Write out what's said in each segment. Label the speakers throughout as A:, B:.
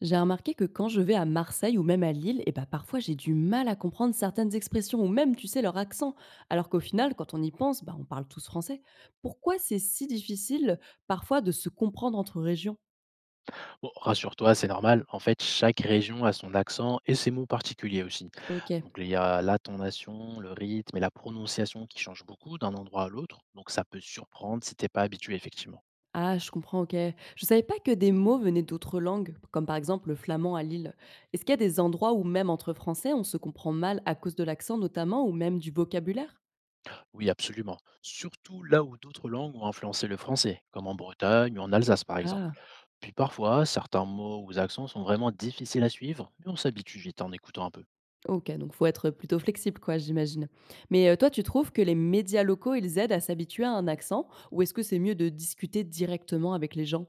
A: J'ai remarqué que quand je vais à Marseille ou même à Lille, et bah parfois j'ai du mal à comprendre certaines expressions ou même, tu sais, leur accent. Alors qu'au final, quand on y pense, bah, on parle tous français. Pourquoi c'est si difficile parfois de se comprendre entre régions?
B: Bon, rassure-toi, c'est normal. En fait, chaque région a son accent et ses mots particuliers aussi.
A: Ok.
B: Donc, il y a l'intonation, le rythme et la prononciation qui changent beaucoup d'un endroit à l'autre. Donc, ça peut surprendre si t'es pas habitué, effectivement.
A: Ah, je comprends, ok. Je savais pas que des mots venaient d'autres langues, comme par exemple le flamand à Lille. Est-ce qu'il y a des endroits où même entre français, on se comprend mal à cause de l'accent notamment ou même du vocabulaire?
B: Oui, absolument. Surtout là où d'autres langues ont influencé le français, comme en Bretagne ou en Alsace, par exemple.
A: Ah.
B: Puis parfois, certains mots ou accents sont vraiment difficiles à suivre, mais on s'habitue vite en écoutant un peu.
A: OK, donc faut être plutôt flexible quoi, j'imagine. Mais toi, tu trouves que les médias locaux, ils aident à s'habituer à un accent ou est-ce que c'est mieux de discuter directement avec les gens?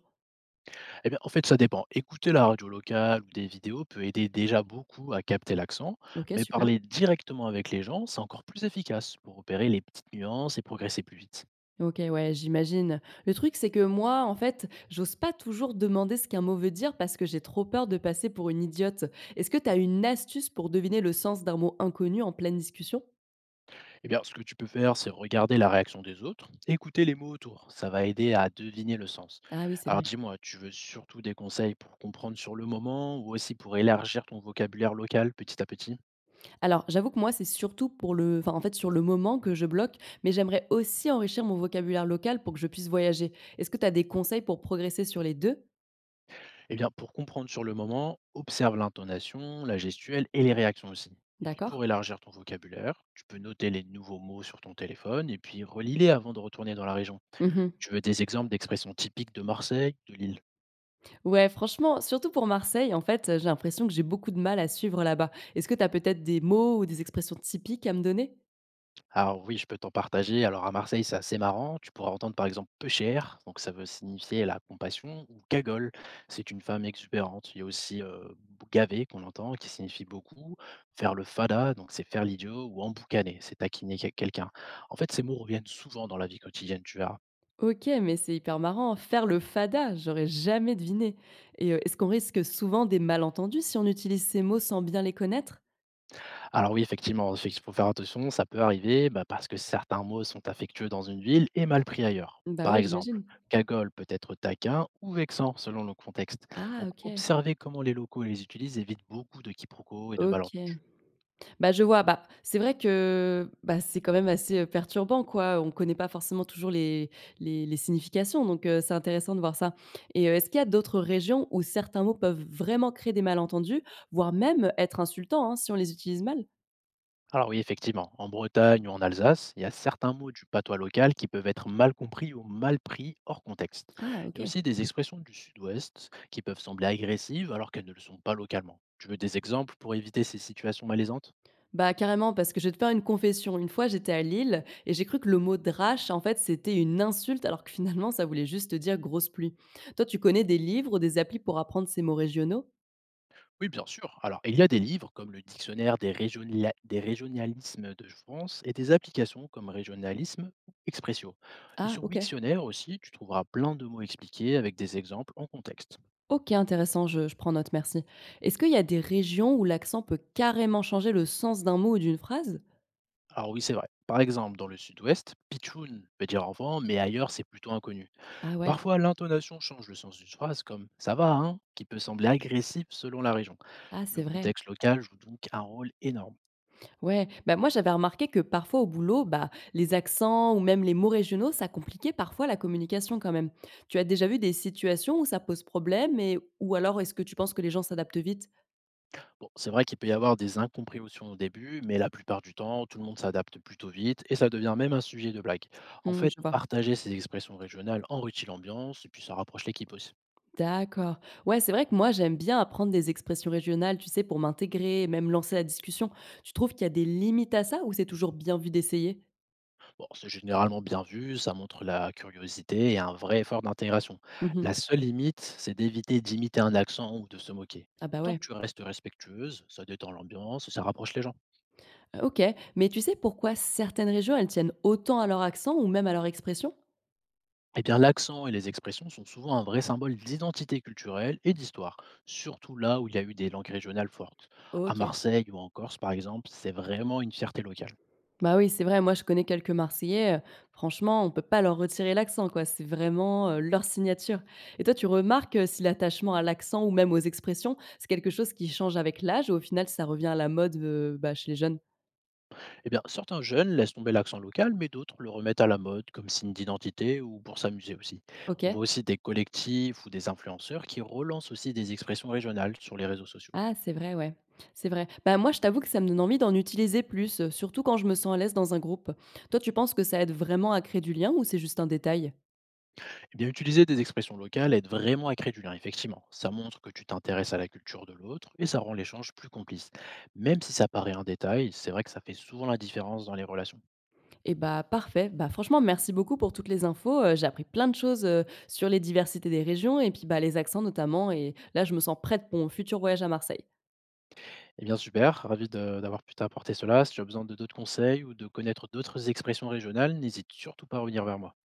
B: Eh bien, en fait, ça dépend. Écouter la radio locale ou des vidéos peut aider déjà beaucoup à capter l'accent,
A: OK,
B: mais
A: super.
B: parler directement avec les gens, c'est encore plus efficace pour opérer les petites nuances et progresser plus vite.
A: OK, ouais, j'imagine. Le truc, c'est que moi, en fait, j'ose pas toujours demander ce qu'un mot veut dire parce que j'ai trop peur de passer pour une idiote. Est-ce que tu as une astuce pour deviner le sens d'un mot inconnu en pleine discussion?
B: Eh bien, ce que tu peux faire, c'est regarder la réaction des autres, écouter les mots autour. Ça va aider à deviner le sens.
A: Ah oui, c'est
B: Alors,
A: vrai.
B: dis-moi, tu veux surtout des conseils pour comprendre sur le moment ou aussi pour élargir ton vocabulaire local petit à petit?
A: Alors, j'avoue que moi, c'est surtout pour le enfin, en fait, sur le moment que je bloque, mais j'aimerais aussi enrichir mon vocabulaire local pour que je puisse voyager. Est-ce que tu as des conseils pour progresser sur les deux?
B: Eh bien, pour comprendre sur le moment, observe l'intonation, la gestuelle et les réactions aussi. Et puis
A: D'accord.
B: pour élargir ton vocabulaire, tu peux noter les nouveaux mots sur ton téléphone et puis relis-les avant de retourner dans la région.
A: Mmh.
B: Tu veux des exemples d'expressions typiques de Marseille, de l'île?
A: Ouais, franchement, surtout pour Marseille, en fait, j'ai l'impression que j'ai beaucoup de mal à suivre là-bas. Est-ce que tu as peut-être des mots ou des expressions typiques à me donner?
B: Alors oui, je peux t'en partager. Alors à Marseille, c'est assez marrant. Tu pourras entendre par exemple peu cher, donc ça veut signifier la compassion, ou cagole, c'est une femme exubérante. Il y a aussi gavé qu'on entend, qui signifie beaucoup, faire le fada, donc c'est faire l'idiot, ou emboucaner, c'est taquiner quelqu'un. En fait, ces mots reviennent souvent dans la vie quotidienne, tu verras.
A: OK, mais c'est hyper marrant. Faire le fada, j'aurais jamais deviné. Et est-ce qu'on risque souvent des malentendus si on utilise ces mots sans bien les connaître?
B: Alors oui, effectivement, il faut faire attention, ça peut arriver bah, parce que certains mots sont affectueux dans une ville et mal pris ailleurs.
A: Bah,
B: Par
A: ouais,
B: exemple,
A: j'imagine.
B: cagole peut être taquin ou vexant selon le contexte.
A: Ah
B: Donc
A: OK.
B: observez comment les locaux les utilisent évite beaucoup de quiproquos et de
A: OK.
B: malentendus.
A: Bah, je vois, bah, c'est vrai que, bah, c'est quand même assez, perturbant, quoi. On connaît pas forcément toujours les les significations, donc c'est intéressant de voir ça. Et est-ce qu'il y a d'autres régions où certains mots peuvent vraiment créer des malentendus, voire même être insultants, hein, si on les utilise mal?
B: Alors oui, effectivement, en Bretagne ou en Alsace, il y a certains mots du patois local qui peuvent être mal compris ou mal pris hors contexte.
A: Ah
B: Il y
A: OK.
B: a aussi des expressions du sud-ouest qui peuvent sembler agressives alors qu'elles ne le sont pas localement. Tu veux des exemples pour éviter ces situations malaisantes?
A: Bah, carrément, parce que je vais te faire une confession. Une fois, j'étais à Lille et j'ai cru que le mot «drache», en fait, c'était une insulte alors que finalement, ça voulait juste dire grosse pluie. Toi, tu connais des livres ou des applis pour apprendre ces mots régionaux?
B: Oui, bien sûr. Alors, il y a des livres comme le Dictionnaire des, des régionalismes de France et des applications comme Régionalisme ou Expressio. Et
A: Ah
B: sur
A: OK.
B: Wiktionnaire aussi, tu trouveras plein de mots expliqués avec des exemples en contexte.
A: OK, intéressant, je prends note, merci. Est-ce qu'il y a des régions où l'accent peut carrément changer le sens d'un mot ou d'une phrase?
B: Alors oui, c'est vrai. Par exemple, dans le sud-ouest, pitchoun veut dire enfant, mais ailleurs, c'est plutôt inconnu.
A: Ah ouais,
B: Parfois, l'intonation change le sens d'une phrase comme ça va, hein, qui peut sembler agressif selon la région.
A: ah
B: Le
A: c'est vrai.
B: contexte local joue donc un rôle énorme.
A: Ouais, bah, moi j'avais remarqué que parfois au boulot, bah, les accents ou même les mots régionaux, ça compliquait parfois la communication quand même. Tu as déjà vu des situations où ça pose problème et ou alors est-ce que tu penses que les gens s'adaptent vite?
B: Bon, c'est vrai qu'il peut y avoir des incompréhensions au début, mais la plupart du temps, tout le monde s'adapte plutôt vite et ça devient même un sujet de blague. En
A: Mmh,
B: fait,
A: je vois.
B: partager ces expressions régionales enrichit l'ambiance et puis ça rapproche l'équipe aussi.
A: D'accord. Ouais, c'est vrai que moi j'aime bien apprendre des expressions régionales, tu sais, pour m'intégrer et même lancer la discussion. Tu trouves qu'il y a des limites à ça ou c'est toujours bien vu d'essayer?
B: Bon, c'est généralement bien vu, ça montre la curiosité et un vrai effort d'intégration. La
A: Mhm.
B: seule limite, c'est d'éviter d'imiter un accent ou de se moquer.
A: Ah bah
B: Tant que
A: ouais,
B: tu restes respectueuse, ça détend l'ambiance, ça rapproche les gens.
A: OK. Mais tu sais pourquoi certaines régions, elles tiennent autant à leur accent ou même à leur expression?
B: Eh bien, l'accent et les expressions sont souvent un vrai symbole d'identité culturelle et d'histoire, surtout là où il y a eu des langues régionales fortes. À
A: OK.
B: Marseille ou en Corse, par exemple, c'est vraiment une fierté locale.
A: Bah oui, c'est vrai, moi je connais quelques Marseillais, franchement, on peut pas leur retirer l'accent quoi, c'est vraiment, leur signature. Et toi, tu remarques, si l'attachement à l'accent ou même aux expressions, c'est quelque chose qui change avec l'âge ou au final ça revient à la mode, bah, chez les jeunes?
B: Eh bien, certains jeunes laissent tomber l'accent local, mais d'autres le remettent à la mode comme signe d'identité ou pour s'amuser aussi. On voit
A: OK.
B: aussi des collectifs ou des influenceurs qui relancent aussi des expressions régionales sur les réseaux sociaux.
A: Ah c'est vrai, ouais, c'est vrai. Bah, moi je t'avoue que ça me donne envie d'en utiliser plus, surtout quand je me sens à l'aise dans un groupe. Toi, tu penses que ça aide vraiment à créer du lien ou c'est juste un détail?
B: Eh bien, utiliser des expressions locales aide vraiment à créer du lien, effectivement. Ça montre que tu t'intéresses à la culture de l'autre et ça rend l'échange plus complice. Même si ça paraît un détail, c'est vrai que ça fait souvent la différence dans les relations.
A: Et bah, parfait. Bah, franchement, merci beaucoup pour toutes les infos. J'ai appris plein de choses, sur les diversités des régions et puis, bah, les accents notamment et là, je me sens prête pour mon futur voyage à Marseille.
B: Eh bien, super, ravi d'avoir pu t'apporter cela. Si tu as besoin de d'autres conseils ou de connaître d'autres expressions régionales, n'hésite surtout pas à revenir vers moi.